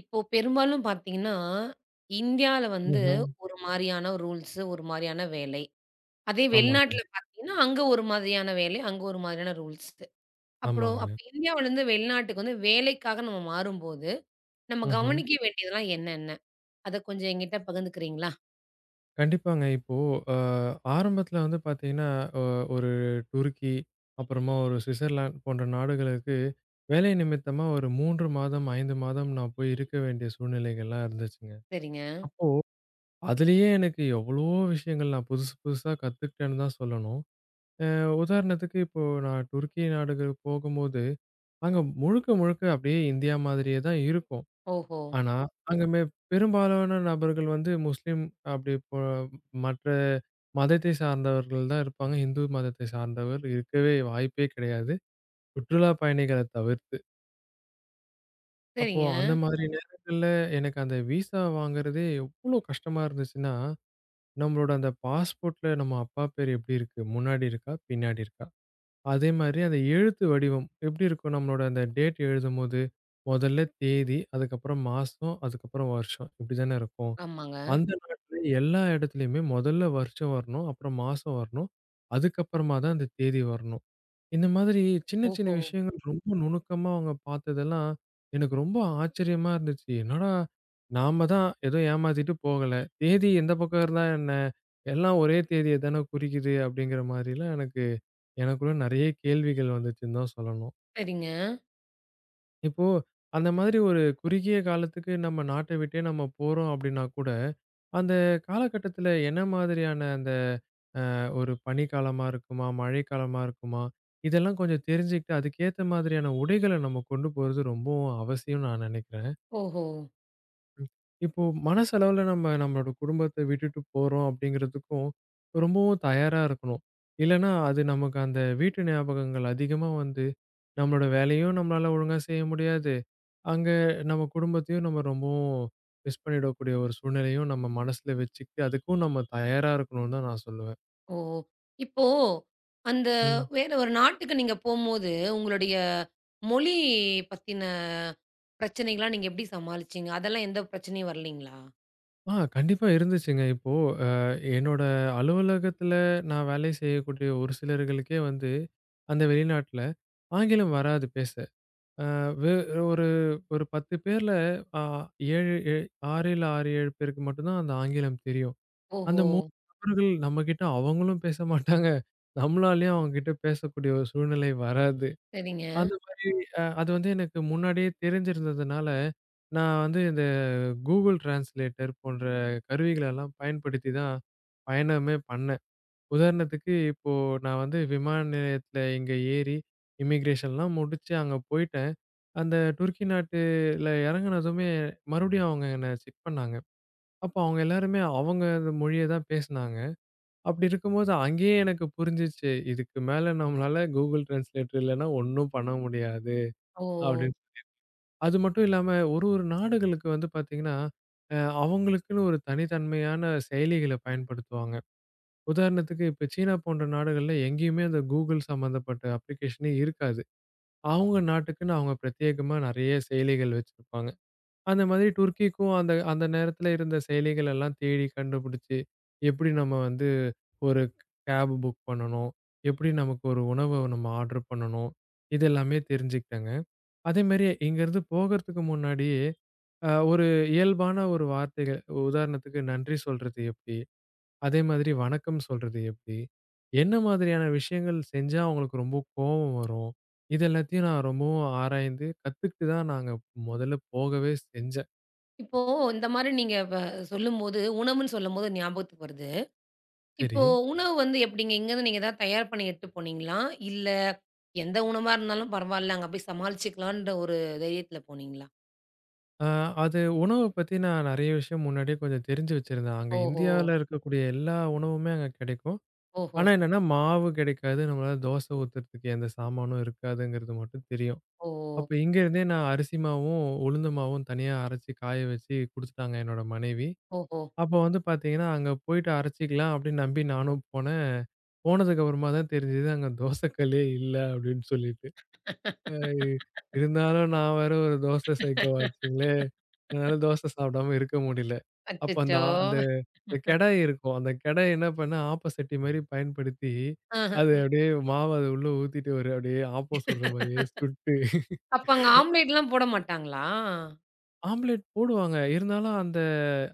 இப்போ பெரும்பாலும் பார்த்தீங்கன்னா, இந்தியால வந்து ம்ஹ்ம். ஒரு மாரியான ரூல்ஸ், ஒரு மாரியான வேலை. அதே ஆமாங்க, வெளிநாட்டுல பார்த்தீங்கன்னா, அங்க ஒரு மாதிரியான வேலை, அங்க ஒரு மாதிரியான ரூல்ஸ். அப்ப ஆமாங்க. இந்தியாவிலருந்து வெளிநாட்டுக்கு வந்து வேலைக்காக நம்ம மாறும்போது, நம்ம ம்ஹ்ம். கவனிக்க வேண்டியதெல்லாம் என்னென்ன? அத கொஞ்சம் என்கிட்ட பகிர்ந்துக்கிறீங்களா? கண்டிப்பாங்க. இப்போ அ ஆரம்பத்துல வந்து பாத்தீங்கன்னா, அ ஒரு துருக்கி, அப்புறமா ஒரு ஸ்விட்சர்லாந்து போன்ற நாடுகளுக்கு வேலை நிமித்தமா ஒரு 3 மாதம், 5 மாதம் நான் போய் இருக்க வேண்டிய சூழ்நிலைகள்லாம் இருந்துச்சுங்க. சரிங்க. அப்போ அதுலயே எனக்கு எவ்வளவோ விஷயங்கள் நான் புதுசு புதுசா கத்துக்கிட்டேன்னு தான் சொல்லணும். அ உதாரணத்துக்கு இப்போ நான் துருக்கி நாடுகளுக்கு போகும்போது, அங்க முழுக்க முழுக்க அப்படியே இந்தியா மாதிரியே தான் இருக்கும். ஓஹோ! ஆனா, அங்கமே பெரும்பாலான நபர்கள் வந்து முஸ்லீம் அப்படி போ மற்ற மதத்தை சார்ந்தவர்கள் தான் இருப்பாங்க. இந்து மதத்தை சார்ந்தவர் இருக்கவே வாய்ப்பே கிடையாது. சுற்றுலா பயணிகள தவிர்த்து. அப்போ சரிங்க. அந்த மாதிரி நேரங்கள்ல எனக்கு அந்த விசா வாங்குறதே எவ்ளோ கஷ்டமா இருந்துச்சுன்னா, நம்மளோட அந்த பாஸ்போர்ட்ல நம்ம அப்பா பேர் எப்படி இருக்கு? முன்னாடி இருக்கா? பின்னாடி இருக்கா? அதே மாதிரி அந்த எழுத்து வடிவம் எப்படி இருக்கும்? நம்மளோட அந்த டேட் எழுதும்போது, முதல்ல தேதி, அதுக்கப்புறம் மாசம், அதுக்கப்புறம் வருஷம் இப்படி தானே இருக்கும். ஆமாங்க. அந்த நாட்ல எல்லா இடத்துலயுமே முதல்ல வருஷம் வரணும். அப்புறம் மாசம் வரணும். அதுக்கப்புறமா தான் அந்த தேதி வரணும். இந்த மாதிரி சின்ன சின்ன ஓஹோ! விஷயங்கள் ரொம்ப நுணுக்கமா அவங்க பார்த்ததெல்லாம் எனக்கு ரொம்ப ஆச்சரியமா இருந்துச்சு. என்னடா! நாம தான் ஏதோ ஏமாத்திட்டு போகல. தேதி எந்த பக்கம் இருந்தா என்ன? எல்லாம் ஒரே தேதிய தானே குறிக்குது அப்படிங்கிற மாதிரிலாம் எனக்குள்ள நெறைய கேள்விகள் வந்துச்சுன்னு தான் சொல்லணும். சரிங்க. இப்போ அந்த மாதிரி ஒரு குறுகிய காலத்துக்கு நம்ம நாட்டை விட்டே நம்ம போறோம் அப்படின்னா கூட, அந்த காலகட்டத்துல என்ன மாதிரியான அந்த ஒரு பனிக்காலமா இருக்குமா? மழைக்காலமா இருக்குமா? இதெல்லாம் கொஞ்சம் தெரிஞ்சுக்கிட்டு, அதுக்கேத்த மாதிரியான உடைகள நம்ம கொண்டு போறது ரொம்பவும் அவசியம்னு நான் நினைக்கிறேன். ஓஹோ! இப்போ மனசளவுல நம்ம நம்மளோட குடும்பத்த விட்டுட்டு போறோம் அப்படிங்கிறதுக்கும், ரொம்பவும் தயாரா இருக்கணும். இல்லன்னா அது நமக்கு அந்த வீட்டு ஞாபகங்கள் அதிகமா வந்து, நம்மளோட வேலையும் நம்மளால ஒழுங்கா செய்ய முடியாது. அங்க நம்ம குடும்பத்தையும் நம்ம ரொம்பவும் மிஸ் பண்ணிடக்கூடிய ஒரு சூழ்நிலையும் நம்ம மனசுல வச்சுக்கிட்டு, அதுக்கும் நம்ம தயாரா இருக்கணும்னு தான் நான் சொல்லுவேன். ஓ! இப்போ அந்த ம். வேற ஒரு நாட்டுக்கு நீங்க போம்போது, உங்களுடைய மொழி பத்தின பிரச்சனைகள்லாம் நீங்க எப்படி சமாளிச்சீங்க? அதெல்லாம் எந்த பிரச்சனையும் வரலைங்களா? ஆ கண்டிப்பா இருந்துச்சுங்க. இப்போ என்னோட அலுவலகத்துல நான் வேலை செய்யக்கூடிய ஒரு சிலர்களுக்கே வந்து, அந்த வெளிநாட்ல ஆங்கிலம் வராது பேச. அ வே ஒரு ஒரு 10 பேர்ல அ 7 எ 6, 7 பேருக்கு மட்டும் தான் அந்த ஆங்கிலம் தெரியும். அந்த ஓஹோ! 3 நபர்கள் நம்மகிட்ட அவங்களும் பேச மாட்டாங்க. நம்மளாலயும் அவங்க கிட்ட பேசக்கூடிய ஒரு சூழ்நிலை வராது. சரிங்க. அந்த மாரி அது வந்து எனக்கு முன்னாடியே தெரிஞ்சிருந்ததுனால, நான் வந்து இந்த Google Translator போன்ற கருவிகளெல்லாம் பயன்படுத்தி தான் பயணமே பண்ணேன். உதாரணத்துக்கு இப்போ நான் வந்து விமான நிலையத்தில இங்க ஏறி இமிகிரேஷன்லாம் முடிச்சு அங்க போயிட்டேன். அந்த துருக்கி நாட்டுல இறங்குனதுமே மறுபடியும் அவங்க என்ன செக் பண்ணாங்க. அப்போ அவங்க எல்லாருமே அவங்க மொழிய தான் பேசுனாங்க. அப்படி இருக்கும்போது அங்கேயே எனக்கு புரிஞ்சுச்சு. இதுக்கு மேல நம்மளால Google Translator இல்லன்னா ஒண்ணும் பண்ண முடியாது. ஓ! அப்படின்னு. அது மட்டும் இல்லாம ஒரு ஒரு நாடுகளுக்கு வந்து பார்த்தீங்கன்னா, அ அவங்களுக்குன்னு ஒரு தனித்தன்மையான செயலிகள பயன்படுத்துவாங்க. உதாரணத்துக்கு இப்ப சீனா போன்ற நாடுகள்ல எங்கேயுமே அந்த Google சம்மந்தப்பட்ட அப்ளிகேஷனே இருக்காது. அவங்க நாட்டுக்குன்னு அவங்க பிரத்யேகமா நெறைய செயலிகள் வச்சிருப்பாங்க. அந்த மாதிரி துருக்கிக்கும் அந்த அந்த நேரத்துல இருந்த செயலிகள் எல்லாம் தேடி கண்டுபிடிச்சு, எப்படி நம்ம வந்து ஒரு கேப் புக் பண்ணணும்? எப்படி நமக்கு ஒரு உணவ நம்ம ஆர்டர் பண்ணணும்? இது எல்லாமே தெரிஞ்சுக்கிட்டேங்க. அதே மாரி இங்கருந்து போகறதுக்கு முன்னாடியே, ஒரு இயல்பான ஒரு வார்த்தைகள், உதாரணத்துக்கு நன்றி சொல்றது எப்படி? அதே மாதிரி வணக்கம் சொல்றது எப்படி? என்ன மாதிரியான விஷயங்கள் செஞ்சா அவங்களுக்கு ரொம்ப கோவம் வரும்? இது எல்லாத்தையும் நான் ரொம்பவும் ஆராய்ந்து கத்துக்கிட்டு தான் நாங்க மொதல்ல போகவே செஞ்சேன். இப்போ இந்த மாரி நீங்க வ சொல்லும்போது, உணவுன்னு சொல்லும்போது ஞாபகத்துக்கு வருது. சரி, இப்போ உணவு வந்து எப்படிங்க? இங்கேருந்து நீங்க ஏதாவது தயார் பண்ணி எடுத்துட்டு போனீங்களா? இல்ல எந்த உணவா இருந்தாலும் பரவால்ல, அங்க போய் சமாளிச்சுக்கலான்ற ஒரு தைரியத்துல போனீங்களா? அ அது உணவ பத்தி நான் நெறைய விஷயம் முன்னாடியே கொஞ்சம் தெரிஞ்சு வச்சிருந்தேன். அங்க ஓஹோ! இந்தியால இருக்கக்கூடிய எல்லா உணவுமே அங்க கிடைக்கும். ஓஹோ! ஆனா என்னன்னா, மாவு கிடைக்காது. நம்மளால தோசை ஊத்துறதுக்கு எந்த சாமானும் இருக்காதுங்கிறது மட்டும் தெரியும். ஓ! அப்ப இங்க இருந்தே நான் அரிசி மாவும், உளுந்த மாவும் தனியா அரைச்சு காய வச்சு குடுத்துட்டாங்க என்னோட மனைவி. ஓஹோ! அப்போ வந்து பார்த்தீங்கன்னா, அங்க போயிட்டு அரைச்சுக்கலாம் அப்படின்னு நம்பி நானும் போனேன். போனதுக்கு அப்புறமா தான் தெரிஞ்சது அங்க தோசை கல்லே இல்ல அப்படின்னு சொல்லிட்டு. அ இருந்தாலும் நான் வேற ஒரு தோசை சைக்கோ ஆச்சுங்களே! என்னால தோசை சாப்பிடாம இருக்க முடியல. அப்ப அந்த அச்சச்சோ! ஆ அந்த அந்த கெடாய் இருக்கும். அந்த கெடாய் என்ன பண்ணேன், ஆப்ப சட்டி மாரி பயன்படுத்தி, ஆஹ. அது அப்படியே மாவ அது உள்ள ஊத்திட்டு ஒரு அப்படியே ஆப்பம் சுடுற மாரியே சுட்டு அப்ப அங்க ஆம்லேட்லாம் போட மாட்டாங்களா? ஆம்ப்லேட் போடுவாங்க. இருந்தாலும் அந்த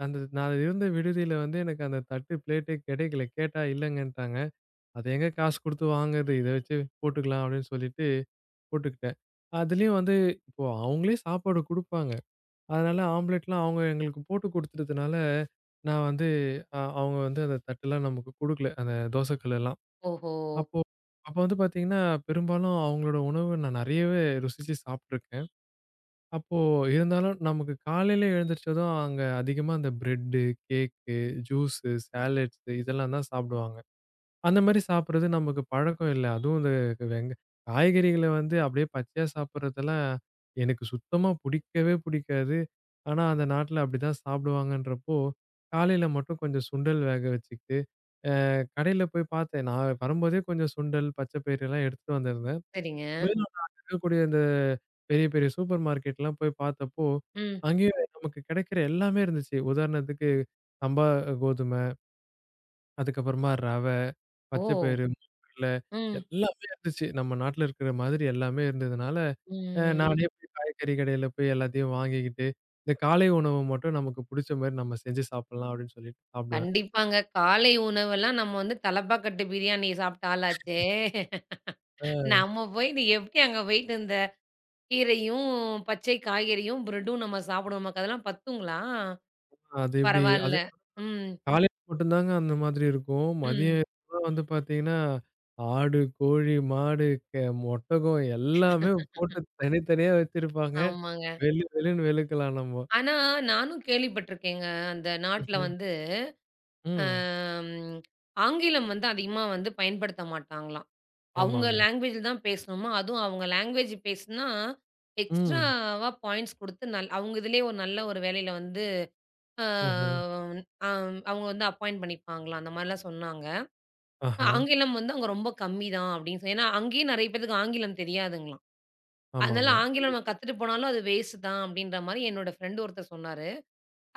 அந்த நான் இருந்த விடுதியில வந்து எனக்கு அந்த தட்டு, பிளேட்டே கிடைக்கல. கேட்டா இல்லங்கன்ட்டாங்க. "அது எங்க காசு குடுத்து வாங்குறது? இத வச்சு போட்டுக்கலாம்" அப்படின்னு சொல்லிட்டு போட்டுக்கிட்டேன். அதுலயும் வந்து இப்போ அவங்களே சாப்பாடு குடுப்பாங்க. அதனால ஆம்ப்லேட்லாம் அவங்க எங்களுக்கு போட்டு குடுத்துட்டதுனால, நான் வந்து அவங்க வந்து அந்த தட்டுலாம் நமக்கு குடுக்கல. அந்த தோசை கல்லெல்லாம். ஓஹோ! அப்போ அப்போ வந்து பார்த்தீங்கன்னா, பெரும்பாலும் அவங்களோட உணவு நான் நெறையவே ருசிச்சு சாப்ட்டுருக்கேன். அப்போ இருந்தாலும் நமக்கு காலையில எழுந்திரிச்சதும் அங்க அதிகமா அந்த பிரெட்டு, கேக்கு, ஜூஸு, சாலட்ஸ் இதெல்லாம் தான் சாப்பிடுவாங்க. அந்த மாரி சாப்பிடுறது நமக்கு பழக்கம் இல்ல. அதுவும் இந்த வெங்க காய்கறிகள வந்து அப்படியே பச்சையா சாப்பிடுறதெல்லாம் எனக்கு சுத்தமா புடிக்கவே புடிக்காது. ஆனா, அந்த நாட்ல அப்படிதான் சாப்பிடுவாங்கன்றப்போ, காலையில மட்டும் கொஞ்சம் சுண்டல் வேக வச்சுக்கிட்டு, அ கடையில போய் பார்த்தேன். நான் வரும்போதே கொஞ்சம் சுண்டல், பச்சை பயிறு எல்லாம் எடுத்துட்டு வந்திருந்தேன். சரிங்க. வெளிநாட்டுல இருக்கக்கூடிய இந்த பெரிய, பெரிய சூப்பர் மார்க்கெட்லாம் போய் பார்த்தப்போ, ம். அங்கேயும் நமக்கு கிடைக்கிற எல்லாமே இருந்துச்சு. உதாரணத்துக்கு சம்பா கோதுமை, அதுக்கப்புறமா ரவை, ஓ! பச்சை பயிறு, மூணு கடலை ம். எல்லாமே இருந்துச்சு. நம்ம நாட்டுல இருக்கிற மாதிரி எல்லாமே இருந்ததுனால, ம். நானே போய் காய்கறி கடையில போய் எல்லாத்தையும் வாங்கிக்கிட்டு, இந்த காலை உணவு மட்டும் நமக்கு புடிச்ச மாரி நம்ம செஞ்சு சாப்பிடலாம் அப்படின்னு சொல்லிட்டு சாப்பிடுவேன். கண்டிப்பாங்க. காலை உணவெல்லாம் நம்ம வந்து தலப்பாக்கட்டு பிரியாணி சாப்பிட்ட ஆளாச்சே! அ நம்ம போய் நீ எப்படி அங்க போயிட்டு இந்த கீரையும், பச்சை காய்கறியும், பிரெட்டும் நம்ம சாப்பிடுவோம். நமக்கு அதெல்லாம் பத்துங்களா? அது எப்படி பரவால்ல. அது ம். காலையில மட்டும் தாங்க அந்த மாதிரி இருக்கும். ம். மதியம்லாம் வந்து பார்த்தீங்கன்னா, ஆடு, கோழி, மாடு, க ஒட்டகம் எல்லாமே போட்டு தனித்தனியா வச்சிருப்பாங்க. ஆமாங்க. வெளு வெளுன்னு வெளுக்கலாம் நம்ம. ஆனா நானும் கேள்விப்பட்டுருக்கேங்க. அந்த நாட்ல ம்ஹ்ம். வந்து ம். அம் ஆங்கிலம் வந்து அதிகமா வந்து பயன்படுத்த மாட்டாங்களாம். அவங்க ஆமாங்க. லேங்குவேஜ்ல தான் பேசணுமா, அதுவும் அவங்க லேங்குவேஜ் பேசுனா, ம். எக்ஸ்ட்ராவா பாயிண்ட்ஸ் குடுத்து அவங்க இதுலயே ஒரு நல்ல ஒரு வேலையில வந்து அ ம்ஹ்ம். அம் அவங்க வந்து அப்பாயிண்ட் பண்ணிப்பாங்களாம். அந்த மாரிலாம் சொன்னாங்க. ஆஹா. ஆங்கிலம் வந்து அங்க ரொம்ப கம்மி தான் அப்படின்னு ஏன்னா அங்கேயும் நெறைய பேத்துக்கு ஆங்கிலம் தெரியாதுங்களாம். அதனால ஆமாமா. ஆங்கிலம் நம்ம கண்டிப்பா. கத்துட்டு போனாலும் அது வேஸ்ட் தான் அப்படின்ற மாரி என்னோட ஃப்ரெண்ட் ஒருத்தர் சொன்னாரு.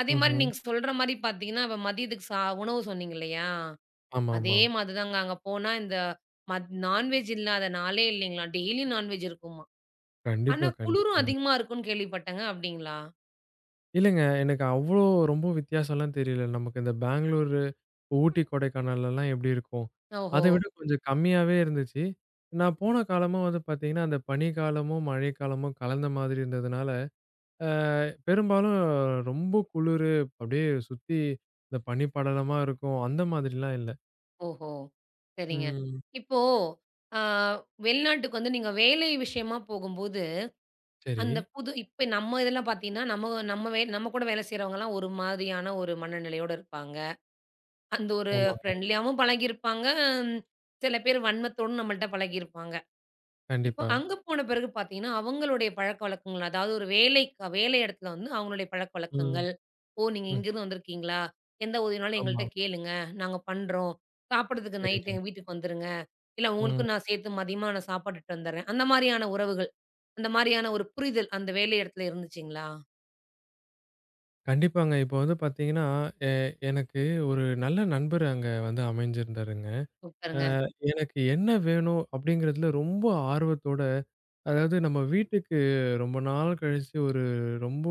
அதே மாரி ம்ஹ்ம். நீங்க சொல்ற மாரி பார்த்தீங்கன்னா, இப்ப மதியத்துக்கு உணவு சொன்னீங்க இல்லையா? அதே ஆமாமா. மாதிரிதாங்க. அங்க போனா இந்த நான்வெஜ் இல்லாத நாளே இல்லைங்களாம். டெய்லி நான்வெஜ் இருக்குமா. கண்டிப்பா, ஆனா குளிரும் கண்டிப்பாங்க. அதிகமா இருக்கும்னு கேள்விப்பட்டேங்க. அப்டிங்களா? இல்லங்க எனக்கு அவ்ளோ ரொம்ப வித்தியாசம்லாம் தெரியல. நமக்கு இந்த பெங்களூர் ஊட்டி, கொடைக்கானல்லலாம் எப்படி இருக்கும்? ஓஹோ! அத விட கொஞ்சம் கம்மியாவே இருந்துச்சு. நான் போன காலமும் வந்து பார்த்தீங்கன்னா, அந்த பனிக்காலமும், மழைக்காலமும் கலந்த மாதிரி இருந்ததுனால, அ பெரும்பாலும் ரொம்ப குளிரு அப்படியே சுத்தி இந்த பனி படலமா இருக்கும். அந்த மாதிரிலாம் இல்ல. ஓஹோ! சரிங்க. ம். இப்போ அ வெளிநாட்டுக்கு வந்து நீங்க வேலை விஷயமா போகும்போது, சரி. அந்த புது இப்ப நம்ம இதெல்லாம் பார்த்தீங்கன்னா, நம்ம நம்ம வே நம்ம கூட வேலை செய்றவங்கலாம் ஒரு மாதிரியான ஒரு மனநிலையோட இருப்பாங்க. அந்த ஒரு ஆமாங்க. ஃப்ரெண்ட்லியாவும் பழகியிருப்பாங்க. சில பேர் வன்மத்தோடும் நம்மள்ட்ட பழகியிருப்பாங்க. இப்போ கண்டிப்பா. அங்க போன பிறகு பார்த்தீங்கன்னா, அவங்களுடைய பழக்கவழக்கங்கள், அதாவது ஒரு வேலைக்கா வேலை இடத்துல வந்து அவங்களுடைய ம். பழக்கவழக்கங்கள். "ஓ! நீங்க ம். இங்கேருந்து வந்திருக்கீங்களா? எந்த உதவினாலும் ஆமா. எங்கள்ட்ட கேளுங்க. நாங்க பண்றோம். சாப்பிடுறதுக்கு சரிங்க. நைட் எங்க வீட்டுக்கு வந்துருங்க. இல்ல ம். உங்களுக்கும் நான் சேர்த்து மதியமா நான் சாப்பாடு இட்டுட்டு வந்துர்றேன்." அந்த மாரியான உறவுகள், அந்த மாரியான ஒரு புரிதல் அந்த வேலை இடத்துல இருந்துச்சுங்களா? கண்டிப்பாங்க. இப்போ வந்து பார்த்தீங்கன்னா, எ எனக்கு ஒரு நல்ல நண்பர் அங்க வந்து அமைஞ்சிருந்தாருங்க. அ சூப்பருங்க. எனக்கு என்ன வேணும் அப்படிங்கிறதுல ரொம்ப ஆர்வத்தோட, அதாவது நம்ம வீட்டுக்கு ரொம்ப நாள் கழிச்சு ஒரு ரொம்ப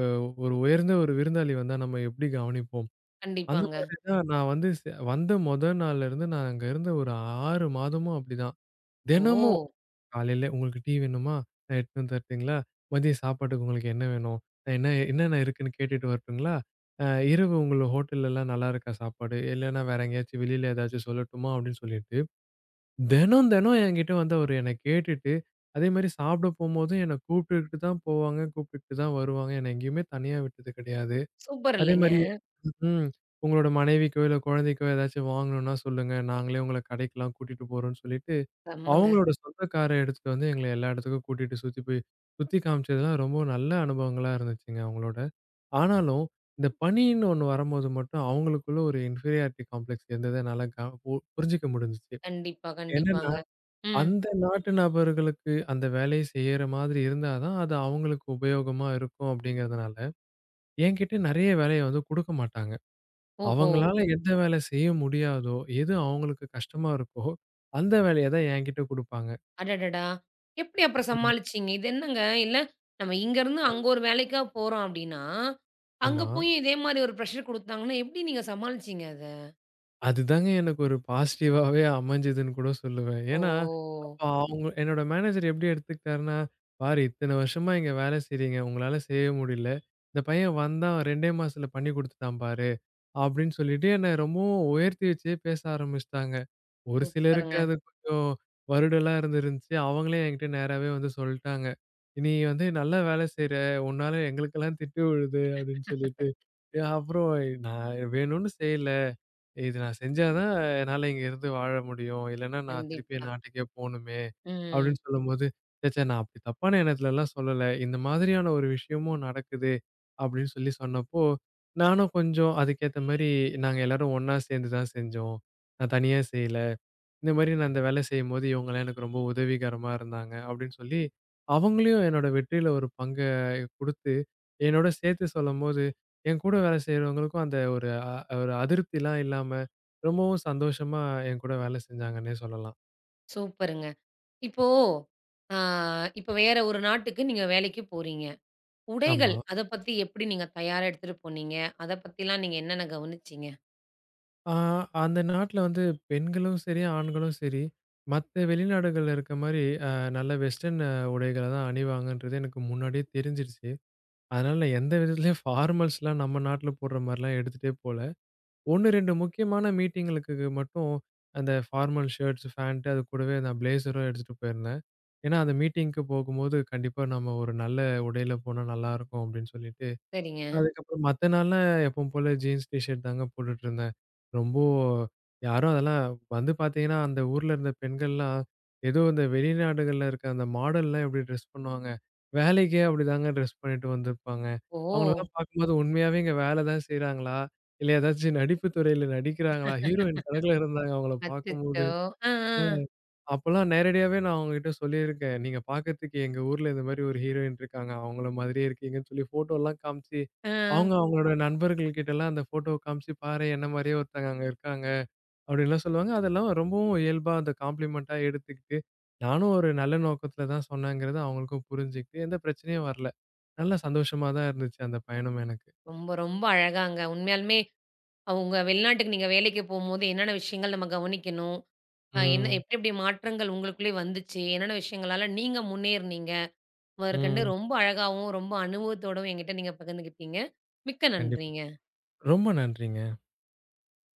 அ ஒரு உயர்ந்த ஒரு விருந்தாளி வந்தா நம்ம எப்படி கவனிப்போம்? அந்த கண்டிப்பாங்க. மாதிரி தான் நான் வந்து வந்த மொத நாள்ல இருந்து நான் அங்க இருந்த ஒரு 6 மாதமும் அப்படிதான். தினமும் ஓ! காலையில உங்களுக்கு டீ வேணுமா? நான் எடுத்துட்டு வந்து தரட்டுங்களா? மதியம் சாப்பாட்டுக்கு உங்களுக்கு என்ன வேணும்? நான் என்ன என்னென்ன இருக்குன்னு கேட்டுட்டு வரட்டுங்களா? அ இரவு உங்கள ஹோட்டல்லலாம் நல்லா இருக்கா சாப்பாடு? இல்லைன்னா வேற எங்கேயாச்சும் வெளியில ஏதாச்சும் சொல்லட்டுமா? அப்படின்னு சொல்லிட்டு தினம், தினம் என்கிட்ட வந்து அவரு என்ன கேட்டுட்டு, அதேமாரி சாப்பிட போம்போதும் என்ன கூப்பிட்டுக்கிட்டு தான் போவாங்க, கூப்பிட்டுக்கிட்டு தான் வருவாங்க. என்ன எங்கேயுமே தனியா விட்டது கிடையாது. சூப்பர் இல்லைங்க. அதேமாரி ம். உங்களோட மனைவிக்கோ, இல்ல குழந்தைக்கோ ஏதாச்சும் வாங்கணும்னா சொல்லுங்க. நாங்களே உங்கள கடைக்கெல்லாம் கூட்டிட்டு போறோம்ன்னு சொல்லிட்டு, செம்மங்க. அவங்களோட சொந்த கார எடுத்துட்டு வந்து எங்கள எல்லா இடத்துக்கும் கூட்டிட்டு சுத்தி போய் சுத்தி காமிச்சதுலாம் ரொம்ப நல்ல அனுபவங்களா இருந்துச்சுங்க அவங்களோட. ஆனாலும், இந்த பணின்னு ஒண்ணு வரும்போது மட்டும் அவங்களுக்குள்ள ஒரு இன்ஃபீரியாரிட்டி காம்ப்ளெக்ஸ் இருந்தத என்னால க பு புரிஞ்சுக்க முடிஞ்சுச்சு. கண்டிப்பா, என்னன்னா கண்டிப்பாங்க. ம். அந்த நாட்டு நபர்களுக்கு அந்த வேலைய செய்யற மாதிரி இருந்தா தான், அது அவங்களுக்கு உபயோகமா இருக்கும் அப்படிங்கிறதுனால, என்கிட்ட நெறைய வேலைய வந்து குடுக்க மாட்டாங்க. ஓஹோ! அவங்களால எந்த வேலை செய்ய முடியாதோ, எது அவங்களுக்கு கஷ்டமா இருக்கோ, அந்த வேலைய தான் என்கிட்ட குடுப்பாங்க. அடடடா! எப்படி அப்புறம் ஆமா. சமாளிச்சீங்க? இது என்னங்க, இல்ல நம்ம இங்கருந்து அ அங்க ஒரு வேலைக்கா போறோம் அப்படின்னா, அங்க ஆமா. போய் இதே மாரி ஒரு ப்ரெஷர் குடுத்தாங்கன்னா, எப்படி நீங்க சமாளிச்சீங்க அத? அதுதாங்க எனக்கு ஒரு பாசிட்டிவாவே அமைஞ்சதுன்னு கூட சொல்லுவேன். ஏன்னா, ஓ! அப்ப அவங்க என்னோட மேனேஜர் எப்படி எடுத்துக்கிட்டாருன்னா, "பாரு இத்தன வருஷமா இங்க வேலை செய்றீங்க. உங்களால செய்ய முடியல. இந்த பையன் வந்தான் 2டே மாசத்துல பண்ணி குடுத்துட்டான் பாரு." அப்படின்னு சொல்லிட்டு என்ன ரொம்பவும் உயர்த்தி வச்சே பேச ஆரம்பிச்சுட்டாங்க. ஒரு சிலருக்கு சூப்பருங்க. அது கொஞ்சம் வருடலா இருந்திருந்துச்சு. அவங்களே என்கிட்ட நேராவே வந்து சொல்ட்டாங்க. "நீ வந்து நல்லா வேலை செய்ற. உன்னால எங்களுக்கெல்லாம் திட்டு விழுது" அப்படின்னு சொல்லிட்டு. அப்புறம் நான் வேணும்னு செய்யல. இது நான் செஞ்சா தான் என்னால இங்க இருந்து வாழ முடியும். இல்லன்னா நான் திருப்பி என் கண்டிப்பா. நாட்டுக்கே போணுமே! ம். அப்படின்னு சொல்லும்போது, "ச்சே! நான் அப்படி தப்பான எண்ணத்துலலாம் சொல்லல. இந்த மாதிரியான ஒரு விஷயமும் நடக்குது" அப்படின்னு சொல்லி சொன்னப்போ, நானும் கொஞ்சம் அதுக்கேத்த மாரி நாங்க எல்லாரும் ஒண்ணா சேர்ந்து தான் செஞ்சோம். நான் தனியா செய்யல. இந்த மாரி நான் இந்த வேலை செய்யும்போது, இவங்கலாம் எனக்கு ரொம்ப உதவிகரமா இருந்தாங்க. அப்படின்னு சொல்லி, அவங்களையும் என்னோட வெற்றியில ஒரு பங்க குடுத்து, என்னோட சேர்த்து சொல்லும்போது, என் கூட வேலை செய்றவங்களுக்கும் அந்த ஒரு அதிருப்திலாம் இல்லாம, ரொம்பவும் சந்தோஷமா என் கூட வேலை செஞ்சாங்கன்னே சொல்லலாம். சூப்பருங்க. இப்போ ஆ இப்ப வேற ஒரு நாட்டுக்கு நீங்க வேலைக்கு போறீங்க. ஆமா. உடைகள் அத பத்தி எப்படி நீங்க தயாரா எடுத்துட்டு போனீங்க? அத பத்திலாம் நீங்க என்னென்ன கவனிச்சீங்க? ஆ அந்த நாட்ல வந்து பெண்களும் சரி, ஆண்களும் சரி, மத்த வெளிநாடுகள்ல இருக்க மாரி நல்ல வெஸ்டர்ன் உடைகள தான் அணிவாங்கன்றது எனக்கு முன்னாடியே தெரிஞ்சிருச்சு. அதனால நான் எந்த விதத்துலயும் ஃபார்மல்ஸ்லாம் நம்ம நாட்ல போடுற மாரிலாம் எடுத்துட்டே போல. ஒண்ணு 2 முக்கியமான மீட்டிங்களுக்கு மட்டும் அந்த ஃபார்மல் ஷர்ட்ஸ், ஃபேண்ட் அது கூடவே நான் பிளேசரும் எடுத்துட்டு போயிருந்தேன். ஏன்னா அந்த மீட்டிங்க்கு போகும்போது கண்டிப்பா நம்ம ஒரு நல்ல உடையில போனா நல்லாருக்கும் அப்படின்னு சொல்லிட்டு சரிங்க. அதுக்கப்புறம் மத்த நாள்லாம் எப்பவும் போல ஜீன்ஸ், டீ ஷர்ட் தாங்க போட்டுட்டுருந்தேன். ரொம்போ யாரும் அதெல்லாம் வந்து பார்த்தீங்கன்னா, அந்த ஊர்ல இருந்த பெண்கள்லாம், ஏதோ இந்த வெளிநாடுகள்ல இருக்க அந்த மாடல்லாம் எப்படி ட்ரெஸ் பண்ணுவாங்க, வேலைக்கே அப்படிதாங்க ட்ரெஸ் பண்ணிட்டு வந்திருப்பாங்க. ஓ! அவங்களலாம் பார்க்கும்போது உண்மையாவே இங்க வேலை தான் செய்றாங்களா? இல்ல ஏதாச்சும் நடிப்பு துறையில நடிக்கிறாங்களா? ஹீரோயின் கணக்குல இருந்தாங்க அவங்கள பார்க்கும்போது. அச்சச்சோ! ஆ, ஆ, ம். அப்பலாம் நேரடியாவே நான் அவங்ககிட்ட சொல்லியிருக்கேன். நீங்க பார்க்கறதுக்கு எங்க ஊர்ல இந்த மாரி ஒரு ஹீரோயின் இருக்காங்க. அவங்கள மாதிரியே இருக்கீங்கன்னு சொல்லி ஃபோட்டோலாம் காமிச்சு, ஆ. அவங்க அவங்களோட நண்பர்கள் கிட்டலாம் அந்த ஃபோட்டோவ காமிச்சு, "பாரேன் என்ன மாரியே ஒருத்தங்க அங்க இருக்காங்க." அப்படின்லாம் சொல்லுவாங்க. அதெல்லாம் ரொம்பவும் இயல்பா அந்த காம்ப்ளிமென்ட்டா எடுத்துக்கிட்டு, நானும் ஒரு நல்ல நோக்கத்துல தான் சொன்னேங்கிறது அவங்களுக்கும் புரிஞ்சுகிட்டு, எந்த பிரச்சனையும் வரல. நல்ல சந்தோஷமா தான் இருந்துச்சு அந்த பயணம் எனக்கு. ரொம்ப ரொம்ப அழகாங்க. உண்மையாலுமே அவங்க வெளிநாட்டுக்கு நீங்க வேலைக்கு போம்போது என்னென்ன விஷயங்கள் நம்ம கவனிக்கணும்? என்ன ம், எப்படி எப்படி மாற்றங்கள் உங்களுக்குள்ளே வந்துச்சு? என்னென்ன விஷயங்களால நீங்க முன்னேறுனீங்க? முதற்கண்டு ம். ரொம்ப அழகாவும், ரொம்ப அனுபவத்தோடவும் என்கிட்ட நீங்க பகிர்ந்துக்கிட்டீங்க. மிக்க கண்டிப்பா. நன்றிங்க. ரொம்ப நன்றிங்க.